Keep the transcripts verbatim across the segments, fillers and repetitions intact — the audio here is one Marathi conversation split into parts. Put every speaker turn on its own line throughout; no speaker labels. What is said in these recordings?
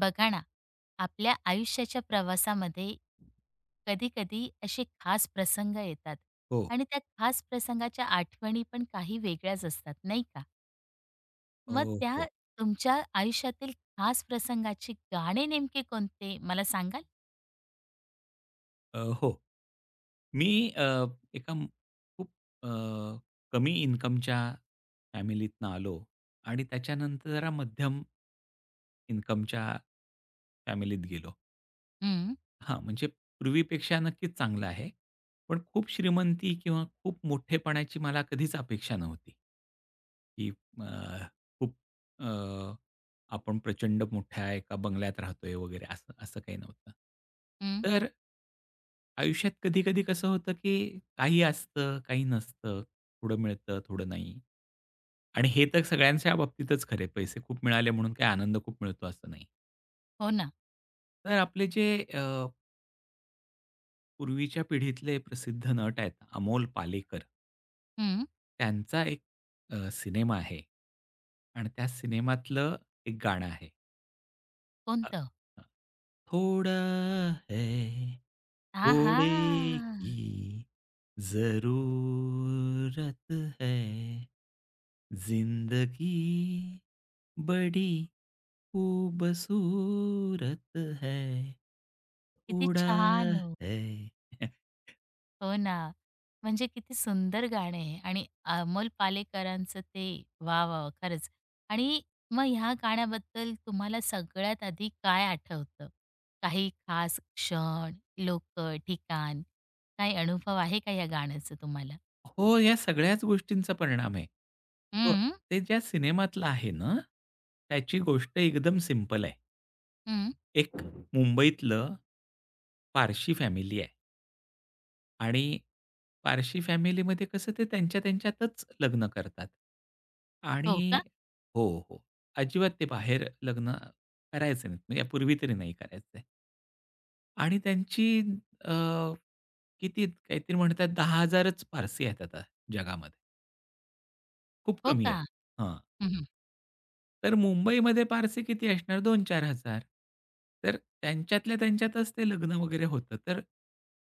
बघा ना, आपल्या आयुष्याच्या प्रवासामध्ये कधी-कधी असे खास प्रसंग येतात
हो.
आणि त्या खास प्रसंगाच्या आठवणी पण काही वेगळ्याच असतात, नाही का?
अ,
मग त्या
हो.
तुमच्या आयुष्यातील खास प्रसंगाचे गाणे नेमके कोणते मला सांगाल?
अ, हो. मी अ, एका म- खूप अ, कमी इन्कमच्या फॅमिलीतनं आलो आणि त्याच्यानंतर जरा मध्यम इन्कमच्या फॅमिलीत गेलो.
हं,
हां, म्हणजे पूर्वीपेक्षा नक्कीच चांगलं आहे. पण खूप श्रीमंती किंवा खूप मोठेपणाची मला कधीच अपेक्षा नव्हती. की अ, खूप अ, आपण प्रचंड मोठ्या एका बंगल्यात राहतोय वगैरे असं असं काही नव्हतं.
हं.
तर आयुष्यात कधी-कधी कसं होतं, की काही असतं, काही नसतं. थोडं मिळतं, थोडं नाही. आणि हे तर सगळ्यांच्या बाबतीतच खरं आहे. पैसे खूप मिळाले म्हणून काही आनंद खूप मिळतो असं नाही.
हो ना.
तर आपले जे अ, पूर्वीच्या पिढीतले प्रसिद्ध नट आहेत अमोल पालेकर,
हं.
त्यांचा एक अ, सिनेमा आहे आणि त्या सिनेमातलं एक गाणं आहे. हां,
कोणतं?
हां. थोड़ा है घोड़े
आहा!
की ज़रूरत है, ज़िंदगी बड़ी खूबसूरत है,
किती
थोडा
छान हो.
है.
हो ना. म्हणजे किती सुंदर गाणं आहे आणि अमोल पालेकरांचं ते वाह! वाह! वाह! खरंच. आणि मग ह्या गाण्याबद्दल तुम्हाला सगळ्यात आधी काय आठवतं? काही खास क्षण, लोक, ठिकाण, काही अनुभव आहे का या गाण्याचं तुम्हाला?
हो, या सगळ्याच गोष्टींचा परिणाम आहे. तो
हं,
ते ज्या सिनेमातलं आहे ना, त्याची गोष्ट एकदम सिंपल आहे.
हं.
एक मुंबईतलं पारशी फॅमिली आहे. आणि पारशी फॅमिलीमध्ये कसं ते त्यांच्या त्यांच्यातच लग्न करतात.
हो
आणि
का?
हो, हो. अजिबात ते बाहेर लग्न करायचे नाहीत. म्हणजे यापूर्वी तरी नाही करायचे. आणि त्यांची अ, किती काहीतरी म्हणतात 10,000च पारसी आहेत आता जगामध्ये. खूप
हो
कमी
का?
आहेत. हां.
हं, हं.
तर मुंबईमध्ये पारसे किती असणार दोन ते चार हजार. तर त्यांच्यातल्या त्यांच्यातच ते लग्न वगैरे होतं. तर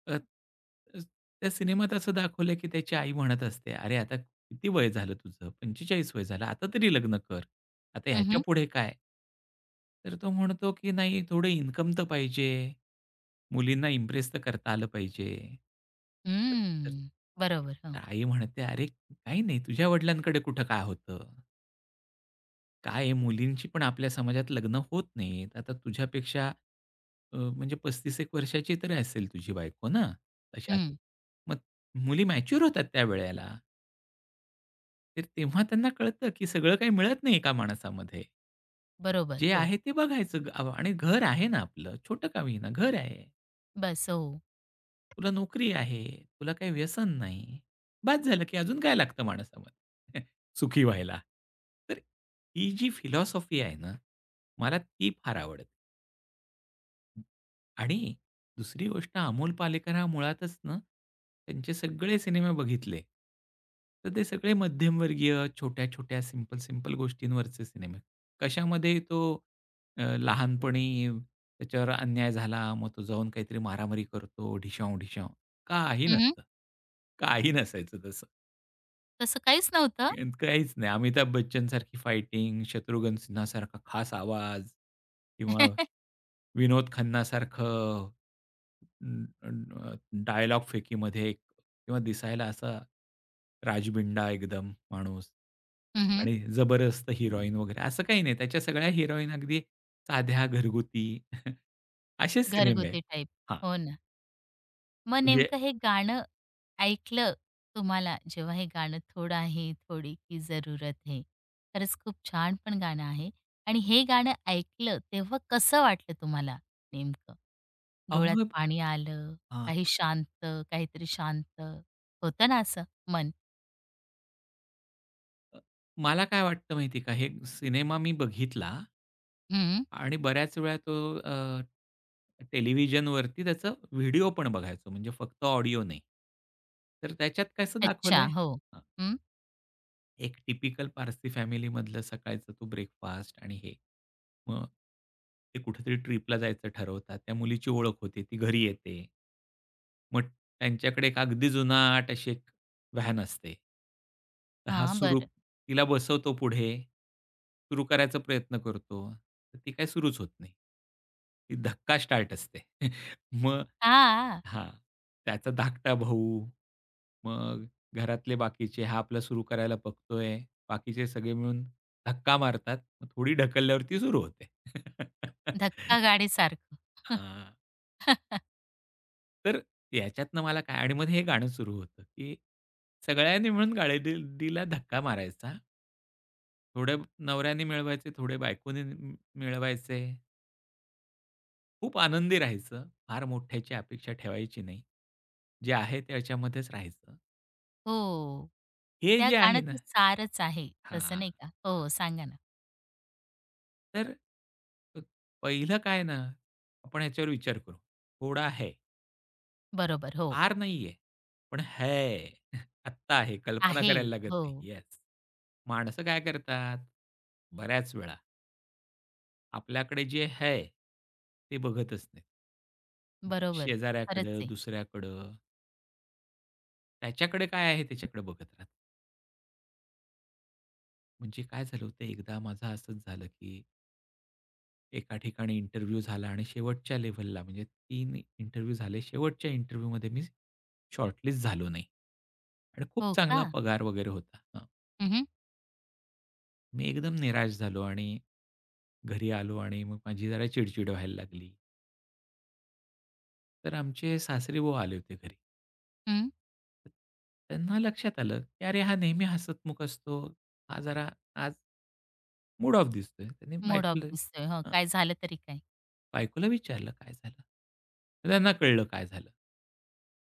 अ, अ, त्या सिनेमात असं दाखवलं की त्याची आई म्हणत असते, "अरे आता किती वय झालं तुझं? पंचेचाळीस वय झालं. आता तरी लग्न कर. आता ह्याच्यापुढे काय?" तर तो म्हणतो की "नाही, थोडं इन्कम तर पाहिजे. मुलींना इम्प्रेस तर करता आलं पाहिजे." तर तर
हम्म. बरोबर. हो.
आई म्हणते, "अरे काही नाही, तुझ्या वडिलांकडे कुठं काय होतं?" काय आहे मुलींची पण आपल्या समाजात लग्न होत नाहीत. आता तुझ्यापेक्षा अ, म्हणजे पस्तीस एक वर्षाची तरी असेल तुझी बायको ना तशाच.
हं.
मग मुली मॅच्युअर होतात त्यावेळेला. तर तेव्हा त्यांना कळतं, की सगळं काही मिळत नाही एका माणसामध्ये.
बरोबर.
जे
हो.
आहे ते बघायचं ग आव- आणि घर आहे ना आपलं, छोटं का होईना घर आहे.
बस. हो.
तुला नोकरी आहे, तुला काही व्यसन नाही. बास झालं, की अजून काय लागतं माणसामध्ये सुखी व्हायला. तर ही जी फिलॉसॉफी आहे ना, मला ती फार आवडते. आणि दुसरी गोष्ट अमोल पालेकर हा मुळातच ना, त्यांचे सगळे सिनेमे बघितले. तर ते सगळे मध्यमवर्गीय, छोट्या-छोट्या, सिंपल-सिंपल गोष्टींवरचे सिनेमे. कशामध्ये तो अ, लहानपणी त्याच्यावर अन्याय झाला, मग तो जाऊन काहीतरी मारामारी करतो, ढिशाव-ढिशाव. काही
हं,
नसतं. काही नसायचं तसं.
तसं काहीच नव्हतं?
अन् काहीच नाही. अमिताभ बच्चनसारखी फायटिंग, शत्रुघ्न सिन्हासारखा खास आवाज किंवा विनोद खन्नासारखं अं, अं, डायलॉग फेकीमध्ये एक किंवा दिसायला असा राजबिंडा एकदम माणूस
हं,
आणि जबरदस्त हिरोईन वगैरे असं काही नाही. त्याच्या सगळ्या हिरोईन अगदी साध्या, घरगुती असेच सिनेमे आहेत.
घरगुती टाइप.
हां,
हो ना. मग
म्हणजे
नेमकं हे गाणं ऐकलं तुम्हाला जेव्हा हे गाणं थोडं आहे थोडी की जरूरत है. खरंच खूप छान पण गाणं आहे आणि हे गाणं ऐकलं तेव्हा कसं वाटलं तुम्हाला नेमकं? डोळ्यात
अहो
पाणी आलं,
हां,
काही शांत, काहीतरी शांत होतं ना असं मन?
मला काय वाटतं माहिती आहे का, हे सिनेमा मी बघितला
हं.
आणि बऱ्याच वेळा तो अ, टेलिव्हिजनवरती त्याचा व्हिडिओ पण बघायचो, म्हणजे फक्त ऑडिओ नाही. तर त्याच्यात कसं
अच्छा.
दाखवलंय
हो.
अ,
हं.
एक टिपिकल पारसी फॅमिलीमधलं सकाळचा तो ब्रेकफास्ट आणि हे. मग ते कुठेतरी ट्रिपला जायचं ठरवतात. त्या मुलीची ओळख होते, ती घरी येते. मग त्यांच्याकडे एक अगदी जुनाट अशी एक व्हॅन असते. तर हा
हां,
सुरू
बरं.
तिला बसवतो पुढे. सुरू करायचा प्रयत्न करतो. तर ती काही सुरूच होत नाही. ती धक्का स्टार्ट असते. मग
हां.
हां. त्याचा धाकटा भाऊ, मग घरातले बाकीचे, हा आपला सुरू करायला बघतोय. बाकीचे सगळे मिळून धक्का मारतात. मग थोडी ढकलल्यावर सुरू होते.
धक्का गाडीसारखं.
हां. तर याच्यातनं मला काय आणि मग हे गाणं सुरू होतं, की सगळ्यांनी मिळून गाडीला धक्का मारायचा. थोडे नवऱ्याने मिळवायचे, थोडे बायकोने म मिळवायचे. खूप आनंदी राहायचं. फार मोठ्याची अपेक्षा ठेवायची नाही. जे आहे त्याच्यामध्येच राहायचं.
हो.
हे
त्या
जे आहे ना.
गाण्याचं सारच आहे तसं
हां,
नाही का? हो, सांगा ना.
तर अ, पहिलं काय ना, आपण ह्याच्यावर विचार करू. थोडा है.
बरोबर. हो.
आर नाहीये, पण है. आत्ता आहे. कल्पना
आहे.
करायला लागत
हो,
नाही. येस. माणसं काय करतात? बऱ्याच वेळा आपल्याकडे जे है, ते बघतच नाहीत.
बरोबर. खरंच
शेजाऱ्याकडं,
आहे.
दुसऱ्याकडं, त्याच्याकडे काय आहे त्याच्याकडे बघत राहतात. म्हणजे काय झालं होतं एकदा माझं असंच झालं, की एका ठिकाणी इंटरव्ह्यू झाला आणि शेवटच्या लेव्हलला म्हणजे तीन इंटरव्ह्यू झाले. शेवटच्या इंटरव्ह्यूमध्ये मी शॉर्टलिस्ट झालो नाही आणि खूप
हो
चांगला
का?
पगार वगैरे होता.
हं, हं.
मी एकदम निराश झालो आणि घरी आलो आणि मग माझी जरा चिडचिड व्हायला लागली. तर आमचे सासरेबुवा आले होते घरी.
हं.
तर त्यांना लक्षात आलं, की "अरे, हा नेहमी हसतमुख असतो. हा जरा आज मूड ऑफ दिसतोय." त्यांनी
मूड ऑफ
बायकोला
दिसतोय. हं,
हां,
काय झालं तरी काय?
बायकोला विचारलं, "काय झालं?" तर त्यांना कळलं काय झालं.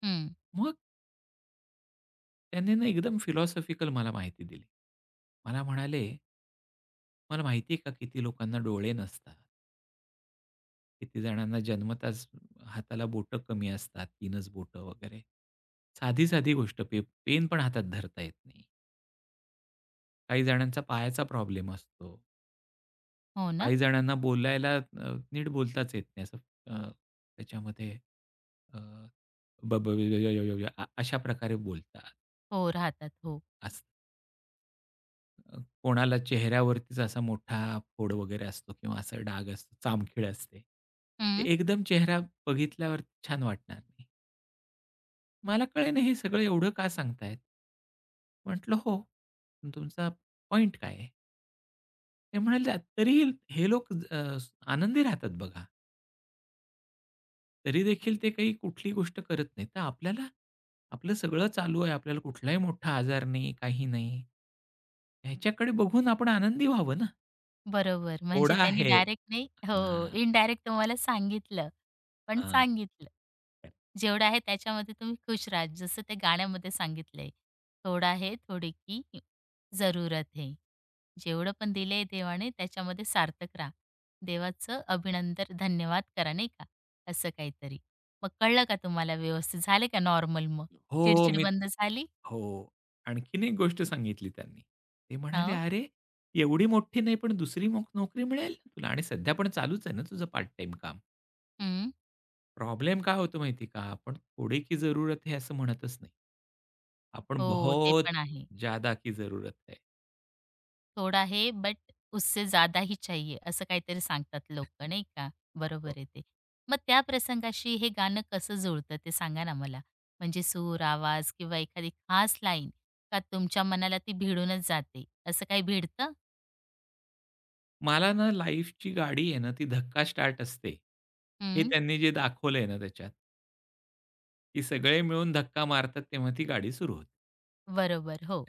हं.
मग त्यांनी ना एकदम फिलॉसॉफिकल मला माहिती दिली. मला म्हणाले, "तुम्हाला माहिती आहे का किती लोकांना डोळे नसतात? किती जणांना जन्मताच हाताला बोटं कमी असतात, तीनच बोटं वगैरे. साधी-साधी गोष्ट पे पेन पण हातात धरता येत नाही. काही जणांचा पायाचा प्रॉब्लेम असतो.
हो ना?
काही जणांना बोलायला अ, नीट बोलताच येत नाही. असं अ, त्याच्यामध्ये अ, ब ब ब य य य य अ अशा प्रकारे बोलतात.
हो, राहतात. हो.
अस अ, कोणाला चेहऱ्यावरतीच असा मोठा फोड वगैरे असतो किंवा असा डाग असतो, चामखीळ असते. ते
हं.
एकदम चेहरा बघितल्यावर छान वाटणार नाही. मला कळेना हे सगळं एवढं का सांगतायत? म्हटलं, "हो, पण तुमचा पॉइंट काय आहे?" ते म्हणाले, "तरीही हे लोक ज- अ, स- आनंदी राहतात बघा. तरी देखील ते काही कुठली गोष्ट करत नाहीत. तर आपल्याला आपलं सगळं चालू आहे. आपल्याला कुठलाही मोठा आजार नाही, काही नाही. ह्याच्याकडे बघून आपण आनंदी व्हावं ना."
बरोबर.
थोडा
म्हणजे त्यांनी
आहे.
डायरेक्ट नाही हो,
हां,
इनडायरेक्ट तुम्हाला सांगितलं. पण
हां.
सांगितलं. जेवढं आहे त्याच्यामध्ये तुम्ही खुश राहा. जसं ते गाण्यामध्ये सांगितलंय, "थोडा है थोड़ी की जरूरत है." जेवढं पण दिलंय देवाने त्याच्यामध्ये सार्थक राहा. देवाचं अभिनंदन, धन्यवाद करा नाही का? असं काहीतरी. मग कळलं का तुम्हाला व्यवस्थित? झाले का नॉर्मल मग?
हो,
चिडचिड
मी
बंद झाली?
हो. आणखीन एक गोष्ट सांगितली त्यांनी. ते म्हणाले,
हो.
"अरे, एवढी मोठी नाही, पण दुसरी मोक नोकरी मिळेल ना तुला आणि सध्या पण चालूच आहे ना तुझं पार्ट टाईम काम."
हं.
प्रॉब्लेम काय होतो माहिती आहे का? आपण थोडे की जरूरत है असं म्हणतच नाही. आपण
हो, ते
बहुत
पण आहे.
ज्यादा की जरूरत है.
थोडा है बट उससे ज्यादा ही चाहिए असं काहीतरी सांगतात लोक नाही का? बरोबर
हो.
आहे ते. मग त्या प्रसंगाशी हे गाणं कसं जुळतं ते सांगा ना मला? म्हणजे सूर, आवाज किंवा एखादी खास लाईन का तुमच्या मनाला ती भिडूनच जाते? असं काही भिडतं?
मला ना लाईफची गाडी आहे ना, ती धक्का स्टार्ट असते. हे
हं,
त्यांनी जे दाखवलंय ना त्याच्यात, की सगळे मिळून धक्का मारतात तेव्हा ती गाडी सुरू होते.
बरोबर. हो.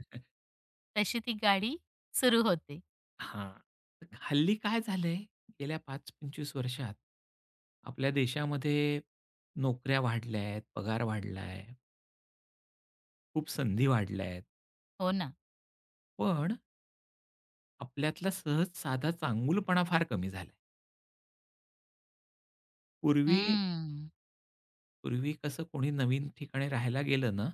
तशी ती गाडी सुरू होते.
हां. तर हल्ली काय झालंय, गेल्या पाच ते पंचवीस वर्षात आपल्या देशामध्ये नोकऱ्या वाढल्या आहेत, पगार वाढलाय, खूप संधी वाढल्या आहेत.
हो ना.
पण आपल्यातला सहज साधा चांगुलपणा फार कमी झालाय. पूर्वी
हं.
पूर्वी कसं कोणी नवीन ठिकाणी राहायला गेलं ना,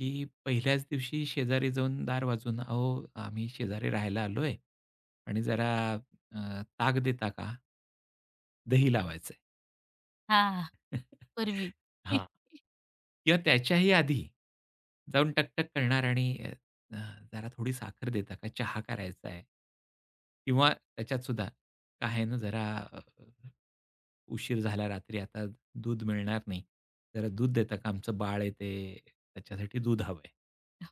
की पहिल्याच दिवशी शेजारी जाऊन दार वाजून, "अहो, आम्ही शेजारी राहायला आलोय आणि जरा अ, ताक देता का?" दही लावायचं.
हां, पूर्वी.
हां. किंवा त्याच्याही आधी जाऊन टकटक करणार आणि अ, जरा थोडी साखर देता का? चहा करायचा आहे किंवा त्याच्यात सुद्धा काय आहे ना जरा अ, उशीर झाला रात्री आता दूध मिळणार नाही. जरा दूध देता का? आमचं बाळ आहे ते त्याच्यासाठी दूध हवंय.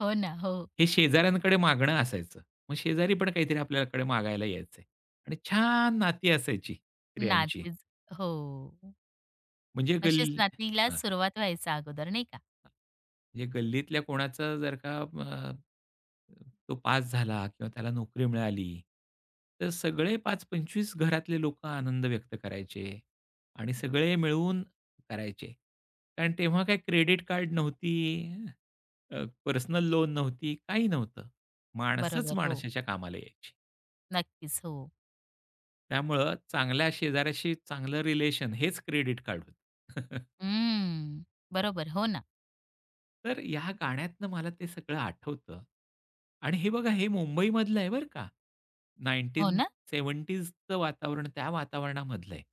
हो ना. हो.
हे शेजाऱ्यांकडे मागणं असायचं. मग शेजारी पण काहीतरी आपल्याकडे मागायला यायचे आणि छान नाती असायची स्त्रियांची.
नातीच हो.
म्हणजे
अशीच
गल्ली
नातीला सुरुवात व्हायच्या अगोदर नाही का?
म्हणजे गल्लीतल्या कोणाचा जर का अ, तो पास झाला किंवा त्याला नोकरी मिळाली, तर सगळे पाच ते पंचवीस घरातले लोकं आनंद व्यक्त करायचे आणि सगळे मिळून करायचे. कारण तेव्हा काय क्रेडिट कार्ड नव्हती, अ, पर्सनल लोन नव्हती, काही नव्हतं. माणसंच
बरोबर. हो.
माणसाच्या कामाला यायची.
नक्कीच, हो.
त्यामुळं चांगल्या शेजाऱ्याशी चांगलं रिलेशन हेच क्रेडिट कार्ड होतं.
हं. बरोबर. हो ना.
तर या गाण्यातनं मला ते सगळं आठवतं आणि हे बघा हे मुंबईमधलं आहे बरं का.
हो ना?
एकोणीसशे सत्तरचं वातावरण त्या वातावरणामधलं आहे.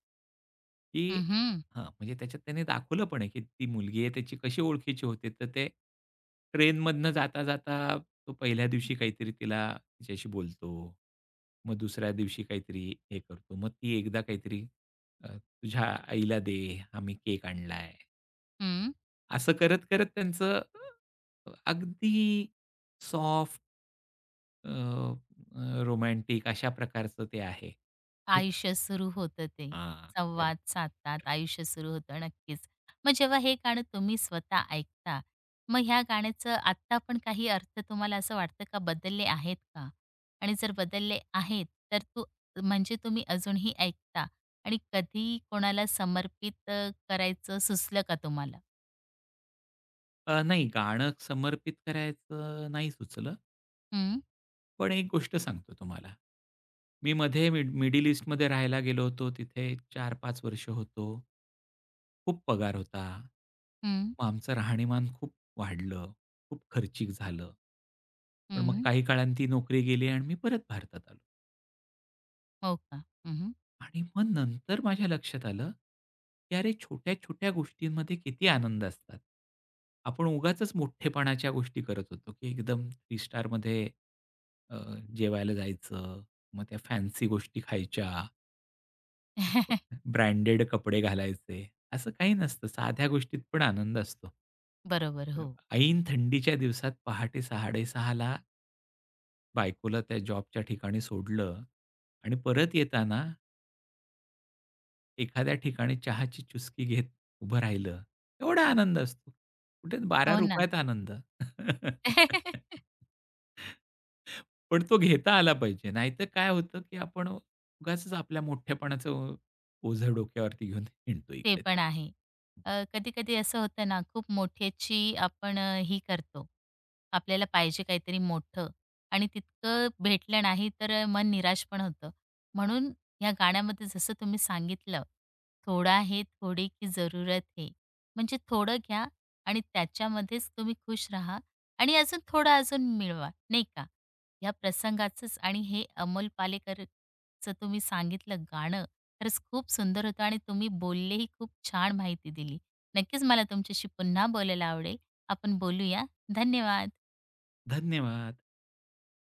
की
हं, हं.
हां, म्हणजे त्याच्यात त्याने दाखवलं पण आहे, की ती मुलगी आहे त्याची कशी ओळखीची होते. तर ते ट्रेनमधनं जाता-जाता तो पहिल्या दिवशी काहीतरी तिला तिच्याशी बोलतो. मग दुसऱ्या दिवशी काहीतरी हे करतो. मग ती एकदा काहीतरी अ, "तुझ्या आईला दे, आम्ही केक आणलाय." असं करत-करत त्यांचं अ, अगदी सॉफ्ट अ, अ, रोमॅन्टिक अशा प्रकारचं ते आहे. हं.
आयुष्य सुरू होतं ते.
हां.
संवाद साधतात, आयुष्य सुरू होतं. नक्कीच. मग जेव्हा हे गाणं तुम्ही स्वतः ऐकता, मग ह्या गाण्याचं आत्ता पण काही अर्थ तुम्हाला असं वाटतं का बदलले आहेत का? आणि जर बदलले आहेत, तर तू म्हणजे तुम्ही अजूनही ऐकता आणि कधी कोणाला समर्पित अ, करायचं सुचलं का तुम्हाला?
अ, नाही गाणं समर्पित करायचं नाही सुचलं.
हं,
पण एक गोष्ट सांगतो तुम्हाला. मी मध्ये मिड मिडल ईस्टमध्ये राहायला गेलो होतो. तिथे चार पाच वर्ष होतो. खूप पगार होता.
हं,
मग आमचं राहणीमान खूप वाढलं. खूप खर्चिक झालं. पण मग
हं.
काही अच्छा. काळानं ती नोकरी गेली आणि मी परत भारतात आलो.
हो का? हं,
आणि मग नंतर माझ्या लक्षात आलं, की अरे छोट्या-छोट्या गोष्टींमध्ये किती आनंद असतात. आपण उगाचच मोठेपणाच्या गोष्टी करत होतो, की एकदम तीन स्टारमध्ये अ, जेवायला जायचं, मग त्या फॅन्सी गोष्टी खायच्या, ब्रँडेड कपडे घालायचे, असं काही नसतं. साध्या गोष्टीत पण आनंद असतो.
बरोबर. हो.
ऐन थंडीच्या दिवसात पहाटे 6:30ला बायकोला त्या जॉबच्या ठिकाणी सोडलं आणि परत येताना एखाद्या ठिकाणी चहाची चुस्की घेत उभं राहिलं, एवढा आनंद असतो. कुठे
हो ना.
बारा रुपयांत आनंद. पण तो घेता आला पाहिजे. नाहीतर काय होतं, की आपण उगाचच आपल्या मोठेपणाचं ओझं डोक्यावरती घेऊन हिंडतो
ते
इकडे-तिकडे.
पण आहे. अ, कधी-कधी असं होतं ना, खूप मोठ्याची आपण अ, ही करतो. आपल्याला पाहिजे काहीतरी मोठं आणि तितकं भेटलं नाही तर मन निराश पण होतं. म्हणून या गाण्यामध्ये जसं तुम्ही सांगितलं, "थोडा हे, थोडे की जरूरत है." म्हणजे थोडं घ्या आणि त्याच्यामध्येच तुम्ही खुश राहा आणि अजून थोडं अजून मिळवा, नाही का? या प्रसंगाचंच आणि हे अमोल पालेकरचं तुम्ही सांगितलं गाणं, खरंच खूप सुंदर होतं आणि तुम्ही बोललेही खूप छान माहिती दिली. नक्कीच मला तुमच्याशी पुन्हा बोलायला आवडेल. आपण बोलूया. धन्यवाद.
धन्यवाद.